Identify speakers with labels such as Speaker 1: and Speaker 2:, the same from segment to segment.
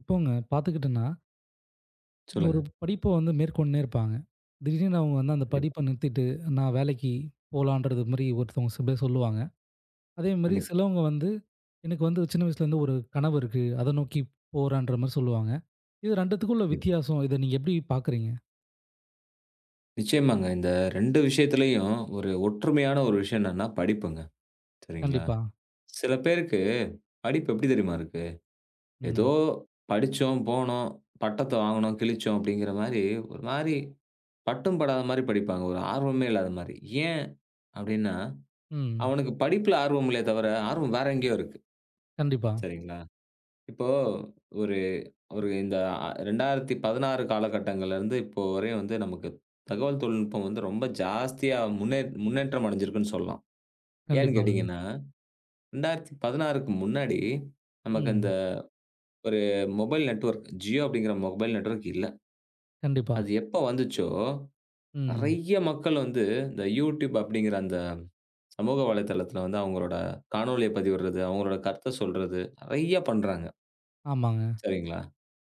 Speaker 1: இப்போங்க பார்த்துக்கிட்டேன்னா,
Speaker 2: சொல்லுங்க.
Speaker 1: ஒரு படிப்ப வந்து மேற்கொண்டே இருப்பாங்க. திடீர்னு அவங்க வந்து அந்த
Speaker 2: கண்டிப்பா,
Speaker 1: படிப்ப நிறுத்திட்டு, நான் வேலைக்கு போலான்றது மாரி ஒருத்தவங்க சில பேர் சொல்லுவாங்க. அதே மாரி
Speaker 2: கண்டிப்பா,
Speaker 1: சிலவங்க வந்து, எனக்கு வந்து சின்ன வயசுலேருந்து ஒரு கனவு இருக்கு. அத நோக்கி போறேன்ற மாரி சொல்லுவாங்க. இது 2த்துக்கும் உள்ள
Speaker 2: கண்டிப்பா.
Speaker 1: வித்தியாசம். இத நீங்க எப்படி பார்க்குறீங்க?
Speaker 2: நிச்சயமாங்க. இந்த 2 விஷயத்திலயும் ஒரு ஒற்றுமையான ஒரு விஷயம் என்னன்னா, படிப்புங்க. சரிங்களா?
Speaker 1: கண்டிப்பா.
Speaker 2: சில பேருக்கு படிப்பு எப்படி தெரியுமா இருக்கு? ஏதோ
Speaker 1: ம்.
Speaker 2: படிச்சோம், போனோம், பட்டத்த வாங்குனோம், கிழிச்சோம் அப்படிங்கிற மாரி, ஒரு மாரி பட்டும் படாத மாரி படிப்பாங்க. ஒரு ஆர்வமே இல்லாத மாரி. ஏன் அப்படின்னா,
Speaker 1: ம்.
Speaker 2: அவனுக்கு படிப்புல ஆர்வம் இல்லையே தவிர, ஆர்வம் வேற எங்கேயோ இருக்கு.
Speaker 1: கண்டிப்பா.
Speaker 2: சரிங்களா? இப்போ ஒரு ஒரு இந்த அ 2016 காலகட்டங்கள்ல இருந்து இப்போ வரையும் வந்து நமக்கு தகவல் தொழில்நுட்பம் வந்து ரொம்ப ஜாஸ்தியா முன்னே முன்னேற்றம் அடைஞ்சிருக்குன்னு சொல்லலாம். ஏன்னு
Speaker 1: கண்டிப்பாங்க.
Speaker 2: கேட்டீங்கன்னா, 2016க்கு முன்னாடி நமக்கு அந்த
Speaker 1: ம்.
Speaker 2: ஒரு மொபைல் நெட்வொர்க் Jio அப்படிங்கிற மொபைல் நெட்வொர்க் இல்ல.
Speaker 1: கண்டிப்பா.
Speaker 2: அது எப்போ வந்துச்சோ,
Speaker 1: ம்.
Speaker 2: நெறைய மக்கள் வந்து இந்த YouTube அப்படிங்கிற அந்த சமூக வலைதளத்துல வந்து அவங்களோட காணொளிய பதிவிடுறது, அவங்களோட கருத்த சொல்றது நெறைய பண்றாங்க.
Speaker 1: ஆமாங்க.
Speaker 2: சரிங்களா.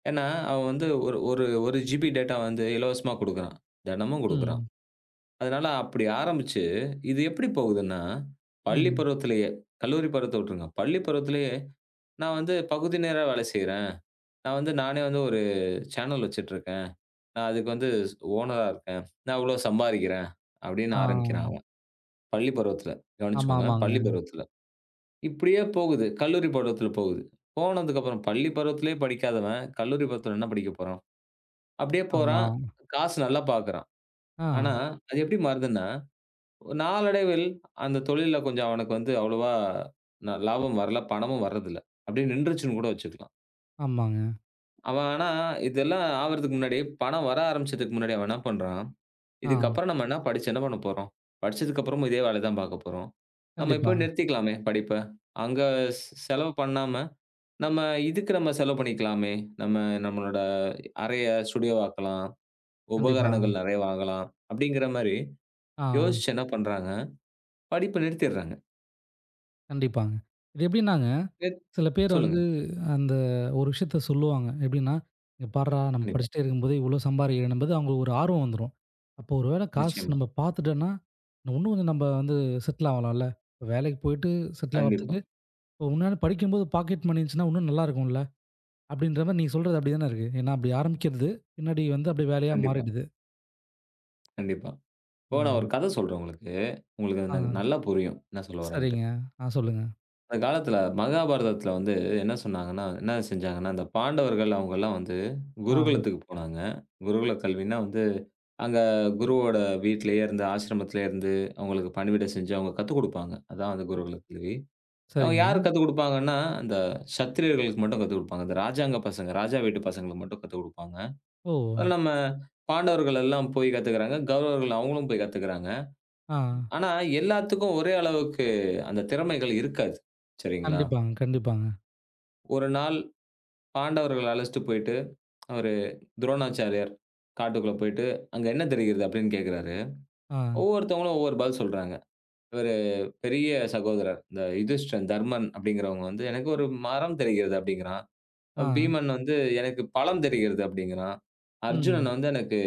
Speaker 2: ஏன்னா, அவன் வந்து ஒரு ஒரு 1 ஜிபி டேட்டா வந்து இலவசமா குடுக்குறான். தினமும் குடுக்குறான்.
Speaker 1: ம்.
Speaker 2: அதனால அப்படி ஆரம்பிச்சு, இது எப்படி போகுதுன்னா, பள்ளி
Speaker 1: ம்.
Speaker 2: பருவத்திலேயே, கல்லூரி பருவத்த விட்டுருங்க. பள்ளி பருவத்திலேயே நான் வந்து பகுதி நேர வேலை செய்றேன். நான் வந்து நானே வந்து ஒரு சேனல் வச்சுட்டுருக்கேன். நான் அதுக்கு வந்து ஓனரா இருக்கேன். நான் இவ்வளோ சம்பாரிக்கிறேன். அப்படின்னு
Speaker 1: ஆ.
Speaker 2: ஆரம்பிக்கிறான் அவன். பள்ளி பருவத்தில.
Speaker 1: ஆமா,
Speaker 2: கவனிச்சுக்கோங்க.
Speaker 1: ஆமாங்க.
Speaker 2: பள்ளி பருவத்தில. இப்படியே போகுது. கல்லூரி பருவத்தில போகுது. போனதுக்கப்புறம் பள்ளி பருவத்திலேயே படிக்காதவன், கல்லூரி பருவத்தில என்ன படிக்க போறான்? அப்படியே
Speaker 1: ஆமா.
Speaker 2: போறான். காசு நல்லா பார்க்குறான்.
Speaker 1: ஆ.
Speaker 2: ஆனா, அது எப்படி மாறுதுன்னா, நாளடைவில் அந்த தொழில்ல கொஞ்சம் அவனுக்கு வந்து அவ்வளவா லாபம் வரல, பணமும் வர்றதில்ல. அப்படியே நின்றுச்சுன்னு கூட வச்சுக்கலாம்.
Speaker 1: ஆமாங்க.
Speaker 2: அவன் ஆனா இதெல்லாம் ஆவறதுக்கு முன்னாடி, பணம் வர ஆரம்பிச்சதுக்கு முன்னாடி அவன் என்ன பண்றான்,
Speaker 1: ஆ.
Speaker 2: இதுக்கப்புறம் நம்ம என்ன படிச்சு என்ன பண்ண போறோம்? படிச்சதுக்கு அப்புறமும் இதே வேலை தான் பார்க்க போறோம். நம்ம இப்போ
Speaker 1: கண்டிப்பா.
Speaker 2: நிறுத்திக்கலாமே படிப்ப. அங்க செலவு பண்ணாம, நம்ம இதுக்கு நம்ம செலவு பண்ணிக்கலாமே. நம்ம நம்மளோட அறைய ஸ்டுடியோவாக்கலாம்.
Speaker 1: கண்டிப்பா.
Speaker 2: உபகரணங்கள் நெறைய வாங்கலாம். அப்படிங்கிற மாரி
Speaker 1: ஆ,
Speaker 2: யோசிச்சு என்ன பண்றாங்க, படிப்ப நிறுத்திடுறாங்க.
Speaker 1: கண்டிப்பாங்க. இது எப்படின்னாங்க,
Speaker 2: நிற்
Speaker 1: சில பேர்
Speaker 2: சொல்லுங்க.
Speaker 1: வந்து அந்த ஒரு விஷயத்த சொல்லுவாங்க. எப்படின்னா, "இங்க பார்றா! நம்ம
Speaker 2: கண்டிப்பா.
Speaker 1: படிச்சுட்டே இருக்கும்போதே இவ்ளோ சம்பாரிக்கிறோம்" என்பது அவங்களுக்கு ஒரு ஆர்வம் வந்துரும். அப்போ ஒரு வேளை காசு
Speaker 2: நிச்சயமா.
Speaker 1: நம்ம பார்த்துட்டோம்னா, இன்னும் கொஞ்சம் நம்ம வந்து செட்டில் ஆகலாம்ல. இப்ப வேலைக்கு போயிட்டு செட்டில்
Speaker 2: கண்டிப்பா,
Speaker 1: ஆவறதுக்கு, இப்போ முன்னாடி படிக்கும்போது பாக்கெட் மணி இருந்துச்சுன்னா, இன்னும் நல்லா இருக்கும்ல. அப்படின்ற மாரி நீங்க சொல்றது அப்படி தானே இருக்கு. ஏன்னா அப்படி ஆரம்பிக்கிறது, பின்னாடி வந்து அப்படியே வேலையா
Speaker 2: கண்டிப்பா,
Speaker 1: மாறிடுது.
Speaker 2: கண்டிப்பா. இப்போ நான்
Speaker 1: ம்.
Speaker 2: ஒரு கதை சொல்றேன் உங்களுக்கு. உங்களுக்கு அது
Speaker 1: ஆ,
Speaker 2: நல்லா புரியும். என்ன சொல்ல வரேன்ட்டு.
Speaker 1: சரிங்க. ஆ, சொல்லுங்க.
Speaker 2: அந்த காலத்தில மகாபாரதத்தில வந்து என்ன சொன்னாங்கன்னா, என்ன செஞ்சாங்கன்னா, இந்த பாண்டவர்கள் அவங்கலாம் வந்து
Speaker 1: ஆ,
Speaker 2: குருகுலத்துக்கு போனாங்க. குருகுல கல்வின்னா வந்து, அங்க குருவோட வீட்லயே இருந்து, ஆசிரமத்திலே இருந்து அவங்களுக்கு பணிவிடை செஞ்சு அவங்க கத்துக் குடுப்பாங்க. அதான் வந்து குருகுல கல்வி. அவங்க
Speaker 1: சரிங்க.
Speaker 2: யாருக்கு கத்துக் குடுப்பாங்கன்னா, அந்த சத்திரியர்களுக்கு மட்டும் கத்துக் குடுப்பாங்க. இந்த ராஜாங்க பசங்க, ராஜா வீட்டு பசங்களுக்கு மட்டும் கத்துக் குடுப்பாங்க.
Speaker 1: ஓ!
Speaker 2: அதுல நம்ம பாண்டவர்கள் எல்லாம் போய் கத்துக்குறாங்க. கௌரவர்கள் அவங்களும் போய் கத்துக்குறாங்க.
Speaker 1: ஆ,
Speaker 2: ஆனா, எல்லாத்துக்கும் ஒரே அளவுக்கு அந்த திறமைகள் இருக்காது. சரிங்களா?
Speaker 1: கண்டிப்பாங்க, கண்டிப்பாங்க.
Speaker 2: ஒரு நாள் பாண்டவர்கள அழைச்சுட்டு போயிட்டு, அவரு துரோணாச்சாரியார் காட்டுக்குள்ள போயிட்டு, "அங்க என்ன தெரிகிறது?" அப்படின்னு கேட்கிறாரு.
Speaker 1: ஆ,
Speaker 2: ஒவ்வொருத்தவங்களும் ஒவ்வொரு பதில் சொல்றாங்க. இவரு பெரிய சகோதரர், இந்த யுதிஷ்டன், தர்மன் அப்படிங்கிறவங்க வந்து, "எனக்கு ஒரு மரம் தெரிகிறது" அப்படிங்கிறான்.
Speaker 1: ஆ,
Speaker 2: பீமன் வந்து "எனக்கு பழம் தெரிகிறது" அப்படிங்கிறான். அர்ஜுனன்
Speaker 1: ம்.
Speaker 2: வந்து "எனக்கு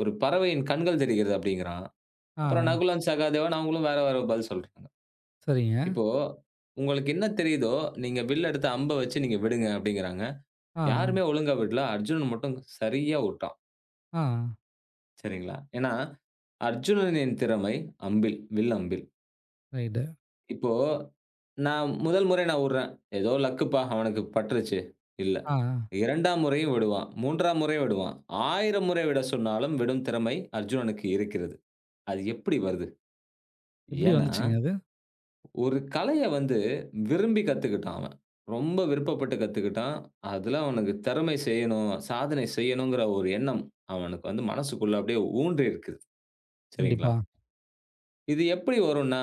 Speaker 2: ஒரு பறவையின் கண்கள் தெரிகிறது" அப்படிங்கிறான்.
Speaker 1: ஆ,
Speaker 2: அப்புறம் நகுலன், சகாதேவன் அவங்களும் வேற வேற பதில் சொல்றாங்க.
Speaker 1: சரிங்க.
Speaker 2: இப்போ உங்களுக்கு என்ன தெரியுதோ நீங்க வில் எடுத்து அம்ப வச்சு நீங்க விடுங்க அப்படிங்கிறாங்க.
Speaker 1: ஆ,
Speaker 2: யாருமே ஒழுங்கா விடல. அர்ஜுனன் மட்டும் சரியா விட்டான்.
Speaker 1: ஆ,
Speaker 2: சரிங்களா? ஏன்னா அர்ஜுனனின் திறமை அம்பில், வில் அம்பில்.
Speaker 1: ரைட்டு.
Speaker 2: இப்போ நான் முதல் முறை நான் விடுறேன். ஏதோ லக்குப்பா அவனுக்கு பட்டுருச்சு. இல்ல.
Speaker 1: ஆ,
Speaker 2: 2ஆம் முறையும் விடுவான். 3ஆம் முறையும் விடுவான். 1000 முறை விட சொன்னாலும் விடும் திறமை அர்ஜுனனுக்கு இருக்கிறது. அது எப்படி வருது?
Speaker 1: எப்படி
Speaker 2: ஏன்னா,
Speaker 1: வந்துச்சுங்க அது?
Speaker 2: ஒரு கலைய வந்து விரும்பி கத்துக்கிட்டான் அவன். ரொம்ப விருப்பப்பட்டு கத்துக்கிட்டான். அதுல அவனுக்கு திறமை செய்யணும், சாதனை செய்யணுங்கிற ஒரு எண்ணம் அவனுக்கு வந்து மனசுக்குள்ள அப்படியே ஊன்றி இருக்குது. சரிங்களா?
Speaker 1: கண்டிப்பா,
Speaker 2: இது எப்படி வரும்ன்னா,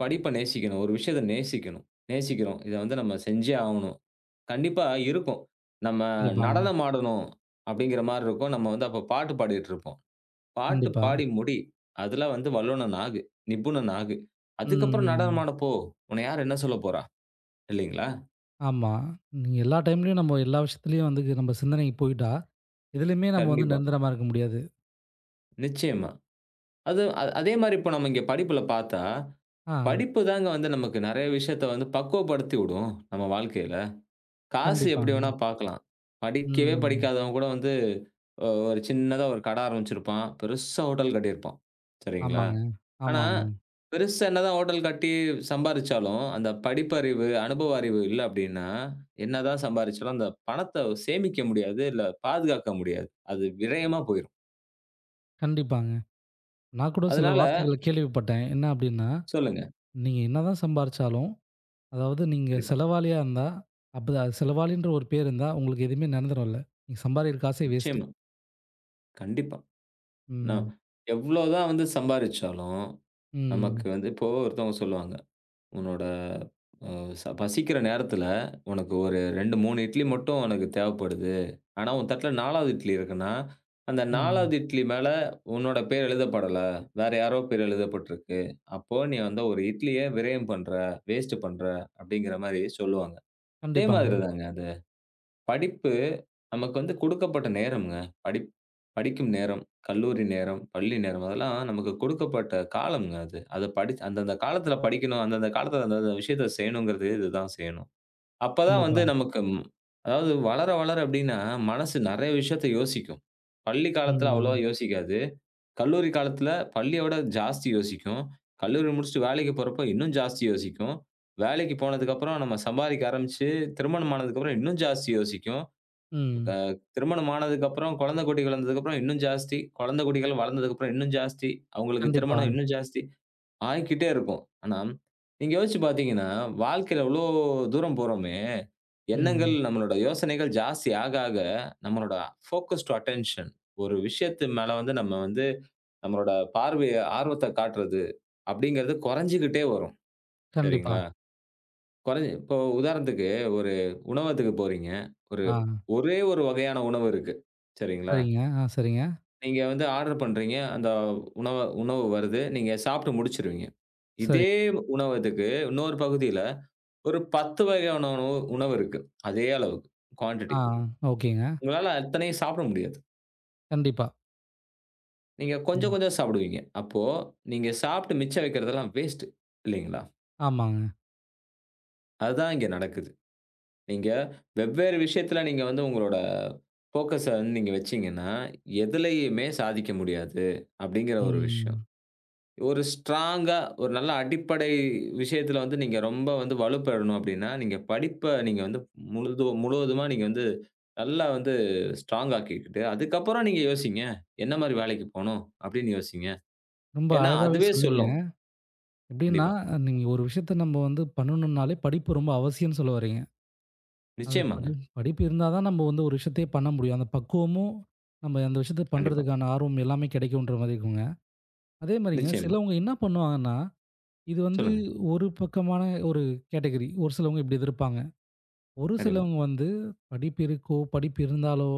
Speaker 2: படிப்ப நேசிக்கணும். ஒரு விஷயத்த நேசிக்கணும். நேசிக்கிறோம். இத வந்து நம்ம செஞ்சே ஆவணும். கண்டிப்பா இருக்கும். நம்ம
Speaker 1: கண்டிப்பாங்க.
Speaker 2: நடனம் ஆடணும் அப்படிங்கிற மாரி இருக்கும். நம்ம வந்து அப்ப பாட்டு பாடிட்டு இருப்போம். பாட்டு
Speaker 1: கண்டிப்பா.
Speaker 2: பாடி முடி. அதுல வந்து வல்லுனன் ஆகு. நிபுணன் ஆகு. அதுக்கப்புறம் நடனம்
Speaker 1: ம்.
Speaker 2: ஆட போ. உன்ன யார் என்ன சொல்லப் போறா? இல்லைங்களா?
Speaker 1: ஆமா. நீங்க எல்லா டைம்லயும் நம்ம எல்லா விஷயத்துலயும் வந்து நம்ம சிந்தனைக்கு போயிட்டா, எதுலயுமே நம்ம வந்து
Speaker 2: கண்டிப்பா.
Speaker 1: நிரந்தரமா இருக்க முடியாது.
Speaker 2: நிச்சயமா. அது அதே மாரி இப்ப நம்ம இங்க படிப்புல பார்த்தா,
Speaker 1: ஆ,
Speaker 2: படிப்பு தாங்க வந்து நமக்கு நெறைய விஷயத்த வந்து பக்குவப்படுத்தி விடும், நம்ம வாழ்க்கையில. காசு எப்படி
Speaker 1: கண்டிப்பாங்க.
Speaker 2: வேணா பார்க்கலாம். படிக்கவே
Speaker 1: ம்.
Speaker 2: படிக்காதவன் கூட வந்து ஒரு சின்னதா ஒரு கடை ஆரம்பிச்சிருப்பான். பெருசா ஹோட்டல் கட்டியிருப்பான். சரிங்களா?
Speaker 1: ஆமாங்க.
Speaker 2: ஆனா,
Speaker 1: ஆமாமா.
Speaker 2: பெருசா என்னதான் ஹோட்டல் கட்டி சம்பாரிச்சாலும், அந்த படிப்பறிவு, அனுபவ அறிவு இல்ல அப்படின்னா, என்னதான் சம்பாரிச்சாலும் அந்த பணத்த சேமிக்க முடியாது, இல்ல பாதுகாக்க முடியாது. அது விரயமா போயிரும்.
Speaker 1: கண்டிப்பாங்க. நான் கூட சில
Speaker 2: அதனால
Speaker 1: வார்த்தைகள கேள்விப்பட்டேன். என்ன அப்படின்னா,
Speaker 2: சொல்லுங்க.
Speaker 1: நீங்க என்னதான் சம்பாரிச்சாலும் அதாவது நீங்க
Speaker 2: கண்டிப்பா.
Speaker 1: செலவாளியா இருந்தா, அப்ப அது செலவாளின்ற ஒரு பேர் இருந்தா, உங்களுக்கு எதுவுமே நடந்துரும்ல. நீங்க சம்பாரிக்கிற காசே வேஸ்ட்டு.
Speaker 2: நிச்சயமா. கண்டிப்பா. நான்
Speaker 1: ம்.
Speaker 2: எவ்வளோதான் வந்து சம்பாரிச்சாலும்,
Speaker 1: ம்.
Speaker 2: நமக்கு வந்து இப்போ ஒருத்தவங்க சொல்லுவாங்க. உன்னோட அ ச பசிக்கிற நேரத்தில உனக்கு ஒரு 2, 3 இட்லி மட்டும் உனக்கு தேவைப்படுது. ஆனா, உன் தட்டுல 4வது இட்லி இருக்குன்னா, அந்த
Speaker 1: ம்.
Speaker 2: 4வது இட்லி மேல உன்னோட பேர் எழுதப்படல. வேற யாரோ பேர் எழுதப்பட்டிருக்கு. அப்போ நீ வந்து ஒரு இட்லிய விரயம் பண்ற, வேஸ்ட் பண்ற அப்படிங்கிற மாரி சொல்லுவாங்க. அதே
Speaker 1: கண்டிப்பாங்க.
Speaker 2: மாதிரிதாங்க. படிப்பு நமக்கு வந்து குடுக்கப்பட்ட நேரம்ங்க. படிப் படிக்கும் நேரம், கல்லூரி நேரம், பள்ளி நேரம் அதெல்லாம் நமக்கு குடுக்கப்பட்ட காலம்ங்க அது. அத படிச் அந்தந்த காலத்துல படிக்கணும். அந்தந்த காலத்துல அந்தந்த விஷயத்த செய்யணுங்கிறது இதுதான் செய்யணும். அப்பதான்
Speaker 1: கண்டிப்பா.
Speaker 2: வந்து நமக்கு ம் அதாவது வளர, வளர எப்படின்னா, மனசு நெறைய விஷயத்த யோசிக்கும். பள்ளி காலத்துல அவ்வளவா
Speaker 1: ம்.
Speaker 2: யோசிக்காது. கல்லூரி காலத்துல பள்ளியோட ஜாஸ்தி யோசிக்கும். கல்லூரி முடிச்சுட்டு வேலைக்கு போறப்போ இன்னும் ஜாஸ்தி யோசிக்கும். வேலைக்கு போனதுக்கப்புறம் நம்ம சம்பாதிக்க ஆரம்பிச்சு, திருமணம் ஆனதுக்கப்புறம் இன்னும் ஜாஸ்தி யோசிக்கும். க
Speaker 1: ம்.
Speaker 2: திருமணம் ஆனதுக்கப்புறம், குழந்தை குட்டி வளர்ந்ததுக்கப்புறம் இன்னும் ஜாஸ்தி. குழந்தை குட்டிகள் வளர்ந்ததுக்கப்புறம் இன்னும் ஜாஸ்தி. அவங்களுக்கு
Speaker 1: கண்டிப்பா.
Speaker 2: திருமணம் இன்னும் ஜாஸ்தி. ஆயிக்கிட்டே இருக்கும். ஆனா, நீங்க யோசிச்சு பார்த்தீங்கன்னா, வாழ்க்கையில இவ்ளோ தூரம் போறோமே, எண்ணங்கள்
Speaker 1: ம்.
Speaker 2: நம்மளோட யோசனைகள் ஜாஸ்தி ஆக ஆக, நம்மளோட ஃபோக்கஸ் டூ அட்டென்ஷன் ஒரு விஷயத்து மேல வந்து நம்ம வந்து நம்மளோட பார்வைய ஆர்வத்த காட்டுறது, அப்படிங்கிறது குறைஞ்சுகிட்டே வரும்.
Speaker 1: கண்டிப்பா.
Speaker 2: சரிங்களா? கொறைஞ்சு இப்போ உதாரணத்துக்கு ஒரு உணவகத்துக்கு போறீங்க. ஒரு
Speaker 1: ஆ.
Speaker 2: ஒரே ஒரு வகையான உணவு இருக்கு. சரிங்களா?
Speaker 1: சரிங்க. ஆ சரிங்க.
Speaker 2: நீங்க வந்து ஆர்டர் பண்றீங்க. அந்த உணவ உணவு வருது. நீங்க சாப்பிட்டு முடிச்சுருவீங்க.
Speaker 1: சரி.
Speaker 2: இதே உணவகத்துக்கு இன்னொரு பகுதியில ஒரு 10 வகையான உணவு உணவு இருக்கு. அதே அளவுக்கு
Speaker 1: ஆ.
Speaker 2: குவான்டிட்டி.
Speaker 1: ஓகேங்க.
Speaker 2: உங்களால அத்தனையும் சாப்பிட முடியாது.
Speaker 1: கண்டிப்பா.
Speaker 2: நீங்க கொஞ்சம்
Speaker 1: ம்.
Speaker 2: கொஞ்சம் சாப்பிடுவீங்க. அப்போ நீங்க சாப்பிட்டு மிச்சம் வைக்கிறதெல்லாம் வேஸ்ட்டு இல்லீங்களா?
Speaker 1: ஆமாங்க.
Speaker 2: அதுதான் இங்க நடக்குது. நீங்க வெவ்வேறு விஷயத்துல நீங்க வந்து உங்களோட ஃபோக்கஸ வந்து நீங்க வச்சீங்கன்னா, எதுலயுமே சாதிக்க முடியாது அப்படிங்கிற ஒரு விஷயம்.
Speaker 1: ம்.
Speaker 2: ஒரு ஸ்ட்ராங்கா ஒரு நல்ல அடிப்படை விஷயத்துல வந்து நீங்க ரொம்ப வந்து வலுப்பெறணும் அப்படின்னா, நீங்க படிப்ப நீங்க வந்து முழுது முழுவதுமா நீங்க வந்து நல்லா வந்து ஸ்ட்ராங் ஆக்கிக்கிட்டு, அதுக்கப்புறம் நீங்க யோசிங்க. என்ன மாரி வேலைக்கு போணும் அப்படின்னு யோசிங்க.
Speaker 1: ரொம்ப
Speaker 2: ஏன்னா
Speaker 1: அழகாவே
Speaker 2: அதுவே
Speaker 1: சொன்னீங்க.
Speaker 2: சொல்லும்.
Speaker 1: எப்படின்னா,
Speaker 2: கண்டிப்பா.
Speaker 1: நீங்க ஒரு விஷயத்த நம்ம வந்து பண்ணணும்னாலே படிப்பு ரொம்ப அவசியம்னு சொல்ல வர்றீங்க. அது
Speaker 2: நிச்சயமாங்க.
Speaker 1: படிப்பு இருந்தா தான் நம்ம வந்து ஒரு விஷயத்தையே பண்ண முடியும். அந்த பக்குவமும், நம்ம அந்த விஷயத்த
Speaker 2: கண்டிப்பா.
Speaker 1: பண்றதுக்கான ஆர்வம் எல்லாமே கிடைக்குன்ற மாரி இருக்குங்க. அதே மாரிங்க
Speaker 2: நிச்சயமா.
Speaker 1: சிலவங்க என்ன பண்ணுவாங்கன்னா, இது வந்து
Speaker 2: சொல்லுங்க.
Speaker 1: ஒரு பக்கமான ஒரு கேட்டகரி. ஒரு சிலவங்க இப்படி எதிர்ப்பாங்க. ஒரு
Speaker 2: கண்டிப்பா.
Speaker 1: சிலவங்க வந்து படிப்பு இருக்கோ, படிப்பு இருந்தாலோ,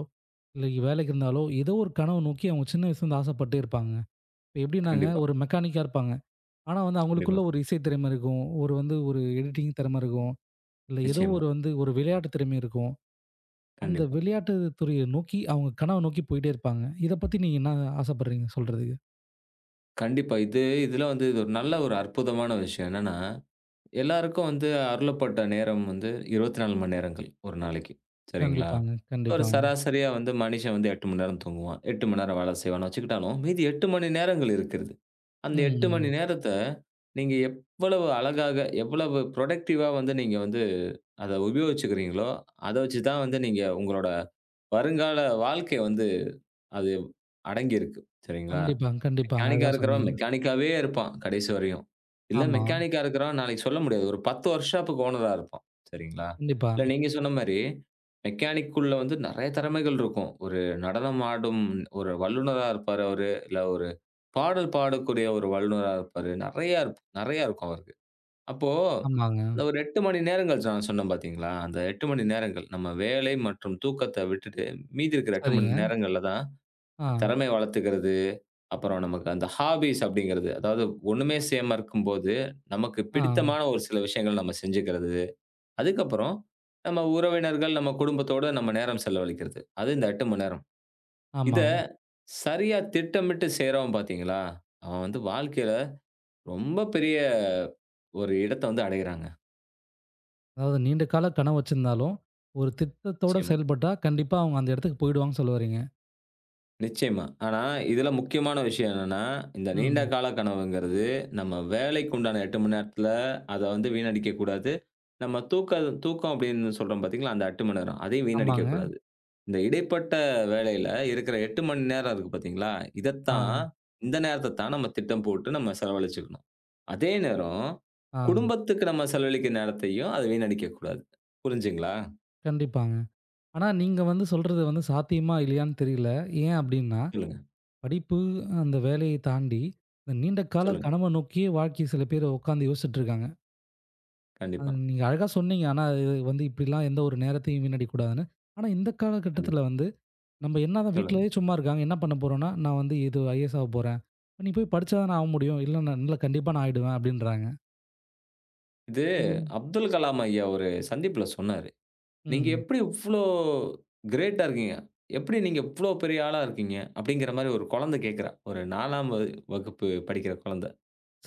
Speaker 1: இல்லை வேலைக்கு இருந்தாலோ, ஏதோ ஒரு கனவு நோக்கி அவங்க சின்ன வயசுலேருந்து ஆசைப்பட்டே இருப்பாங்க. இப்ப எப்படின்னாங்க
Speaker 2: கண்டிப்பா.
Speaker 1: ஒரு மெக்கானிக்கா இருப்பாங்க. ஆனா வந்து
Speaker 2: கண்டிப்பா.
Speaker 1: அவங்களுக்குள்ள ஒரு இசை திறமை இருக்கும். ஒரு வந்து ஒரு எடிட்டிங் திறமை இருக்கும். இல்ல ஏதோ
Speaker 2: நிச்சயமா.
Speaker 1: ஒரு வந்து ஒரு விளையாட்டு திறமை இருக்கும். அந்த
Speaker 2: கண்டிப்பா.
Speaker 1: விளையாட்டு துறைய நோக்கி, அவங்க கனவ நோக்கி போயிட்டே இருப்பாங்க. இத பத்தி நீங்க என்ன ஆசைப்படுறீங்க சொல்றதுக்கு?
Speaker 2: கண்டிப்பா. இது இதுல வந்து இது ஒரு நல்ல ஒரு அற்புதமான விஷயம். என்னன்னா, எல்லாருக்கும் வந்து அருளப்பட்ட நேரம் வந்து 24 மணி நேரங்கள் ஒரு நாளைக்கு. சரிங்களா?
Speaker 1: கண்டிப்பாங்க,
Speaker 2: ஒரு
Speaker 1: கண்டிப்பாங்க.
Speaker 2: சராசரியா வந்து மனிஷன் வந்து 8 மணி நேரம் தூங்குவான். 8 மணி நேரம் வேலை செய்வான்னு வச்சுக்கிட்டாலும், மீதி 8 மணி நேரங்கள் இருக்கிறது. அந்த 8 மணி
Speaker 1: ம்.
Speaker 2: நேரத்த நீங்க எவ்வளவு அழகாக, எவ்வளவு புரொடக்டிவா வந்து நீங்க வந்து அத உபயோகிச்சுக்கிறீங்களோ, அத வச்சு தான் வந்து நீங்க உங்களோட வருங்கால வாழ்க்கை வந்து அது அடங்கியிருக்கு. சரிங்களா?
Speaker 1: கண்டிப்பாங்க, கண்டிப்பாங்க.
Speaker 2: மெக்கானிக்கா
Speaker 1: அழகா சொன்னீங்க.
Speaker 2: இருக்கிறவன் மெக்கானிக்காவே இருப்பான் கடைசி வரையும். இல்ல
Speaker 1: ஆமா.
Speaker 2: மெக்கானிக்கா இருக்கிறவன் நாளைக்கு சொல்ல முடியாது. ஒரு 10 ஒர்க் ஷாப்புக்கு ஓனரா இருப்பான். சரிங்களா?
Speaker 1: கண்டிப்பா.
Speaker 2: இல்ல நீங்க சொன்ன மாரி மெக்கானிக்குள்ள வந்து நெறைய திறமைகள் இருக்கும். ஒரு நடனம் ஆடும் ஒரு வல்லுனரா இருப்பாரு அவரு. இல்ல ஒரு பாடல் பாடக்கூடிய ஒரு வல்லுனரா இருப்பாரு. நெறையா இருக்கும் அவருக்கு. அப்போ
Speaker 1: ஆமாங்க.
Speaker 2: அந்த ஒரு 8 மணி நேரங்கள் நான் சொன்னேன் பார்த்தீங்களா? அந்த 8 மணி நேரங்கள் நம்ம வேலை மற்றும் தூக்கத்த விட்டுட்டு மீதி இருக்கிற 8 மணி
Speaker 1: சரிங்க.
Speaker 2: நேரங்கள்ல தான்
Speaker 1: ஆ,
Speaker 2: திறமைய வளர்த்துக்கிறது. அப்புறம் நமக்கு அந்த ஹாபீஸ் அப்படிங்கிறது, அதாவது ஒண்ணுமே செய்யாம இருக்கும்போது, நமக்கு
Speaker 1: ஆ,
Speaker 2: பிடித்தமான ஒரு சில விஷயங்கள் நம்ம செஞ்சுக்கிறது. அதுக்கப்புறம் நம்ம உறவினர்கள், நம்ம குடும்பத்தோட நம்ம நேரம் செலவழிக்கிறது. அது இந்த 8 மணி நேரம். இத
Speaker 1: ஆமா.
Speaker 2: சரியா திட்டமிட்டு செய்றவன் பார்த்தீங்களா, அவன் வந்து வாழ்க்கையில ரொம்ப பெரிய ஒரு இடத்த வந்து அடையறாங்க.
Speaker 1: அதாவது நீண்ட கால கனவு வச்சிருந்தாலும், ஒரு திட்டத்தோட
Speaker 2: நிச்சயமா.
Speaker 1: செயல்பட்டா கண்டிப்பா அவங்க அந்த இடத்துக்கு போயிடுவாங்கன்னு சொல்ல வரீங்க.
Speaker 2: நிச்சயமா. ஆனா, இதுல முக்கியமான விஷயம் என்னன்னா, இந்த நீண்ட
Speaker 1: ம்.
Speaker 2: கால கனவுங்கிறது, நம்ம வேலைக்கு உண்டான 8 மணி நேரத்துல அத வந்து வீணடிக்கக் கூடாது. நம்ம தூக்க தூக்கம் அப்படின்னு சொல்றோம் பார்த்தீங்களா, அந்த 8 மணி நேரம். அதையும் வீணடிக்கக்
Speaker 1: ஆமாங்க.
Speaker 2: கூடாது. இந்த இடைப்பட்ட வேலையில இருக்கிற 8 மணி நேரம் இருக்கு பார்த்தீங்களா,
Speaker 1: ஆ,
Speaker 2: இதத்தான் இந்த நேரத்த தான் நம்ம திட்டம் போட்டு நம்ம செலவழிச்சுக்கணும். அதே நேரம்,
Speaker 1: ஆ.
Speaker 2: குடும்பத்துக்கு நம்ம செலவழிக்கிற நேரத்தையும், அத வீணடிக்கக் கூடாது. புரிஞ்சுதுங்களா?
Speaker 1: கண்டிப்பாங்க. ஆனா நீங்க வந்து சொல்றது வந்து சாத்தியமா இல்லையான்னு தெரியல. ஏன் அப்டின்னா
Speaker 2: சொல்லுங்க,
Speaker 1: படிப்பு, அந்த வேலைய தாண்டி, இந்த நீண்ட கால
Speaker 2: சொல்லுங்க.
Speaker 1: கனவ நோக்கியே வாழ்க்கை சில பேர் உட்காந்து யோசிச்சுட்டுருக்காங்க. அது
Speaker 2: கண்டிப்பா,
Speaker 1: நீங்க அழகா சொன்னீங்க. ஆனா, அது வந்து இப்படிலாம் எந்த ஒரு நேரத்தையும் வீணடிக்கக்கூடாதுன்னு. ஆனா, இந்த காலகட்டத்தில
Speaker 2: கண்டிப்பா.
Speaker 1: வந்து, நம்ம என்னதான்
Speaker 2: சொல்லுங்க.
Speaker 1: வீட்லயே சும்மா இருக்காங்க. என்ன பண்ண போறோம்னா, "நான் வந்து இது IAS ஆக போறேன். நீ போய் படிச்சா தானே ஆக முடியும். இல்ல நான் இல்ல கண்டிப்பா நான் ஆயிடுவேன்" அப்படின்றாங்க. இது
Speaker 2: அப்துல் கலாம் ஐயா ஒரு சந்திப்புல சொன்னாரு. "நீங்க
Speaker 1: ம்.
Speaker 2: எப்படி இவ்ளோ கிரேட்டா இருக்கீங்க? எப்படி நீங்க இவ்ளோ பெரிய ஆளா இருக்கீங்க?" அப்படிங்கிற மாரி ஒரு குழந்தை கேட்கிறா. ஒரு 4ஆம் வகுப்பு படிக்கிற குழந்தை.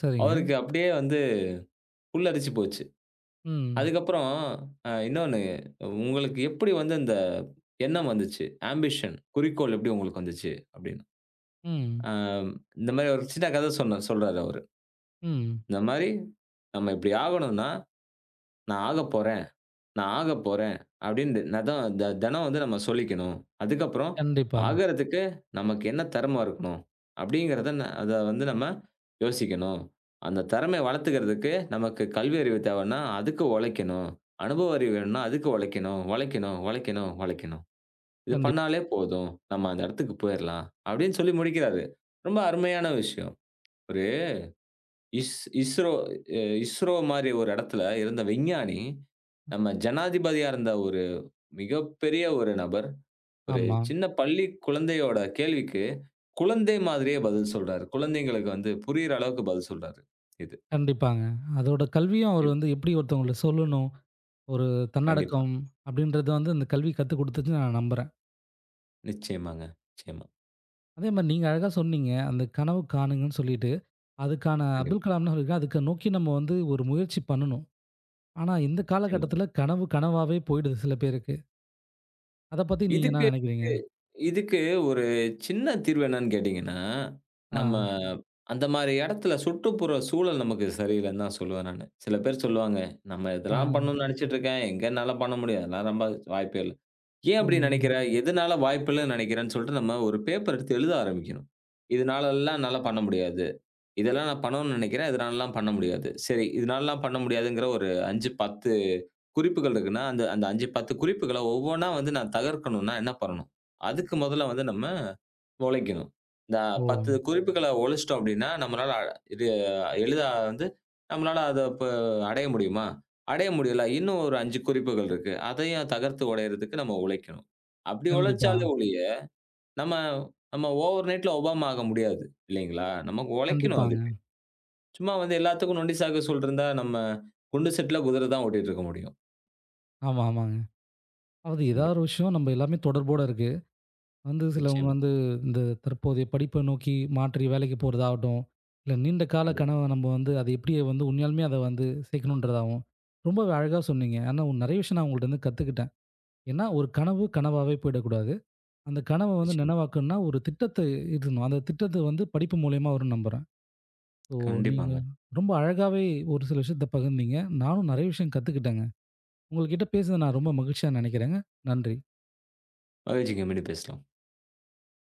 Speaker 1: சரிங்க.
Speaker 2: அவருக்கு அப்படியே வந்து புல்லரிச்சு போச்சு.
Speaker 1: ம்.
Speaker 2: அதுக்கப்புறம் இன்னொன்னு, "உங்களுக்கு எப்படி வந்து இந்த எண்ணம் வந்துச்சு? ஆம்பிஷன் குறிக்கோள் எப்படி உங்களுக்கு வந்துச்சு?" அப்படின்னு.
Speaker 1: ம்.
Speaker 2: அ இந்த மாரி ஒரு சின்ன கதை சொல்றாரு அவரு.
Speaker 1: ம்.
Speaker 2: இந்த மாரி, "நம்ம இப்படி ஆகணும்னா, நான் ஆகப்போறேன்." நான் ஆகப்போறேன் அப்படின்னு நதான் த தினம் வந்து நம்ம சொல்லிக்கணும். அதுக்கப்புறம்
Speaker 1: கண்டிப்பா.
Speaker 2: ஆகறதுக்கு நமக்கு என்ன திறம இருக்கணும்? அப்படிங்கிறத அத வந்து நம்ம யோசிக்கணும். அந்த திறமைய வளர்த்துக்கிறதுக்கு நமக்கு கல்வி அறிவு தேவைன்னா, அதுக்கு உழைக்கணும். அனுபவ அறிவு வேணும்னா, அதுக்கு உழைக்கணும், உழைக்கணும், உழைக்கணும், உழைக்கணும். இது
Speaker 1: கண்டிப்
Speaker 2: பண்ணாலே போதும். நம்ம அந்த இடத்துக்கு போயிரலாம். அப்படின்னு சொல்லி முடிக்கிறாரு. ரொம்ப அருமையான விஷயம். ஒரு இஸ் ISRO, ISRO மாரி ஒரு இடத்துல இருந்த விஞ்ஞானி, நம்ம ஜனாதிபதியா இருந்த ஒரு மிகப்பெரிய ஒரு நபர். ஒரு
Speaker 1: ஆமா.
Speaker 2: சின்ன பள்ளி குழந்தையோட கேள்விக்கு, குழந்தை மாதிரியே பதில் சொல்றாரு. குழந்தைங்களுக்கு வந்து புரியிற அளவுக்கு பதில் சொல்றாரு. இது.
Speaker 1: கண்டிப்பாங்க. அதோட கல்வியும் அவர்
Speaker 2: இப்
Speaker 1: வந்து எப்படி ஒருத்தவங்களுக்கு சொல்லணும்? ஒரு
Speaker 2: கண்டிப்பா.
Speaker 1: தன்னடக்கம் அப்படின்றது வந்து இந்த கல்வி கத்துக் குடுத்துச்சுன்னு நான் நம்புறேன்.
Speaker 2: நிச்சயமாங்க. நிச்சயமா.
Speaker 1: அதே மாரி நீங்க அழகா சொன்னீங்க. அந்த கனவு காணுங்கன்னு சொல்லிட்டு, அதுக்கான அப்துல்
Speaker 2: கண்டிப்பா.
Speaker 1: கலாம்னு சொல்லிருக்காரு. அதுக்கு நோக்கி நம்ம வந்து ஒரு முயற்சி பண்ணணும். ஆனா, இந்த
Speaker 2: நிச்சயமா.
Speaker 1: காலகட்டத்தில கனவு கனவாவே போயிடுது சில பேருக்கு. அத பத்தி நீங்க என்ன
Speaker 2: இதுக்கு
Speaker 1: நெனைக்கிறீங்க?
Speaker 2: இதுக்கு ஒரு சின்ன தீர்வு என்னன்னு கேட்டீங்கன்னா,
Speaker 1: ஆ,
Speaker 2: நம்ம அந்த மாரி இடத்துல சுற்றுப்புற சூழல் நமக்கு சரியில்லன்னு தான் சொல்லுவேன் நானு. சில பேர் சொல்லுவாங்க, "நம்ம
Speaker 1: ஆ,
Speaker 2: இதெல்லாம் பண்ணணும்னு நெனச்சிட்டு இருக்கேன். எங்க என்னால பண்ண முடியும்? அதெல்லாம் ரொம்ப வாய்ப்பே இல்ல." ஏன் அப்படி நினைக்கிற?
Speaker 1: ம்.
Speaker 2: எதுனால வாய்ப்பில்லன்னு நினைக்கிறேன்னு சொல்லிட்டு நம்ம ஒரு பேப்பர் எடுத்து எழுத ஆரம்பிக்கணும். இதனாலல்லாம் என்னால பண்ண முடியாது. இதெல்லாம் நான் பண்ணணும்னு நினைக்கிறேன். இதனாலலாம் பண்ண முடியாது. சரி, இதனாலலாம் பண்ண முடியாதுங்கிற ஒரு 5, 10 குறிப்புகள் இருக்குன்னா, அந்த அந்த 5, 10 குறிப்புகள ஒவ்வொன்னா வந்து நான் தகர்க்கணும்னா என்ன பண்ணணும்? அதுக்கு முதல்ல வந்து நம்ம உழைக்கணும். இந்த
Speaker 1: ஓ!
Speaker 2: 10 குறிப்புகள உழைச்சிட்டோம் அப்படின்னா, இது எளிதா வந்து நம்மளால அத இப்ப அடைய முடியுமா? அடைய முடியல. இன்னும் ஒரு 5 குறிப்புகள் இருக்கு. அதையும் தகர்த்து உடையறதுக்கு நம்ம உழைக்கணும். அப்படி
Speaker 1: கண்டிப்பா,
Speaker 2: உழைச்சாலே ஒழிய, நம்ம நம்ம ஓவர் நைட்ல ஒபாமா ஆக முடியாது. இல்லைங்களா? நமக்கு உழைக்கணும் அதுக்கு.
Speaker 1: கண்டிப்பாங்க.
Speaker 2: சும்மா வந்து எல்லாத்துக்கும் நொண்டி சாக்கு சொல்ட்டு இருந்தா, நம்ம குண்டு செட்ல குதிரை தான் ஓட்டிட்டு இருக்க முடியும்.
Speaker 1: ஆமா, ஆமாங்க. அதாவது ஏதாவது ஒரு
Speaker 2: கண்டிப்பா.
Speaker 1: விஷயம் நம்ம எல்லாமே தொடர்போட இருக்கு. வந்து சிலவங்க
Speaker 2: நிச்சயமா.
Speaker 1: வந்து இந்த தற்போதைய படிப்பை நோக்கி மாற்றி வேலைக்கு போறதாகட்டும், இல்ல நீண்ட கால
Speaker 2: கண்டிப்பா.
Speaker 1: கனவ நம்ம வந்து அது எப்படியே வந்து உண்மையாலுமே அத வந்து சேர்க்கணுன்றதாவும், ரொம்பவே அழகா சொன்னீங்க. ஆனா நெறைய விஷயம் நான் உங்கள்ட்ட இருந்து கத்துக்கிட்டேன். ஏன்னா ஒரு கனவு கனவாவே போயிடக்கூடாது. அந்த கனவ வந்து
Speaker 2: நிச்சயமா.
Speaker 1: நனவாக்கணும்னா ஒரு திட்டத்தை இருக்கணும். அந்த திட்டத்த வந்து படிப்பு மூலியமா வரும்னு நம்புறேன். ஸோ நீங்க
Speaker 2: கண்டிப்பாங்க.
Speaker 1: ரொம்ப அழகாவே ஒரு சில விஷயத்த பகிர்ந்தீங்க. நானும் நெறைய விஷயம் கத்துக்கிட்டேங்க. உங்கள்கிட்ட பேசுனது நான் ரொம்ப
Speaker 2: நிச்சயமா.
Speaker 1: மகிழ்ச்சியா நெனைக்கிறேங்க. நன்றி.
Speaker 2: மகிழ்ச்சி. மீண்டும் பேசலாம்.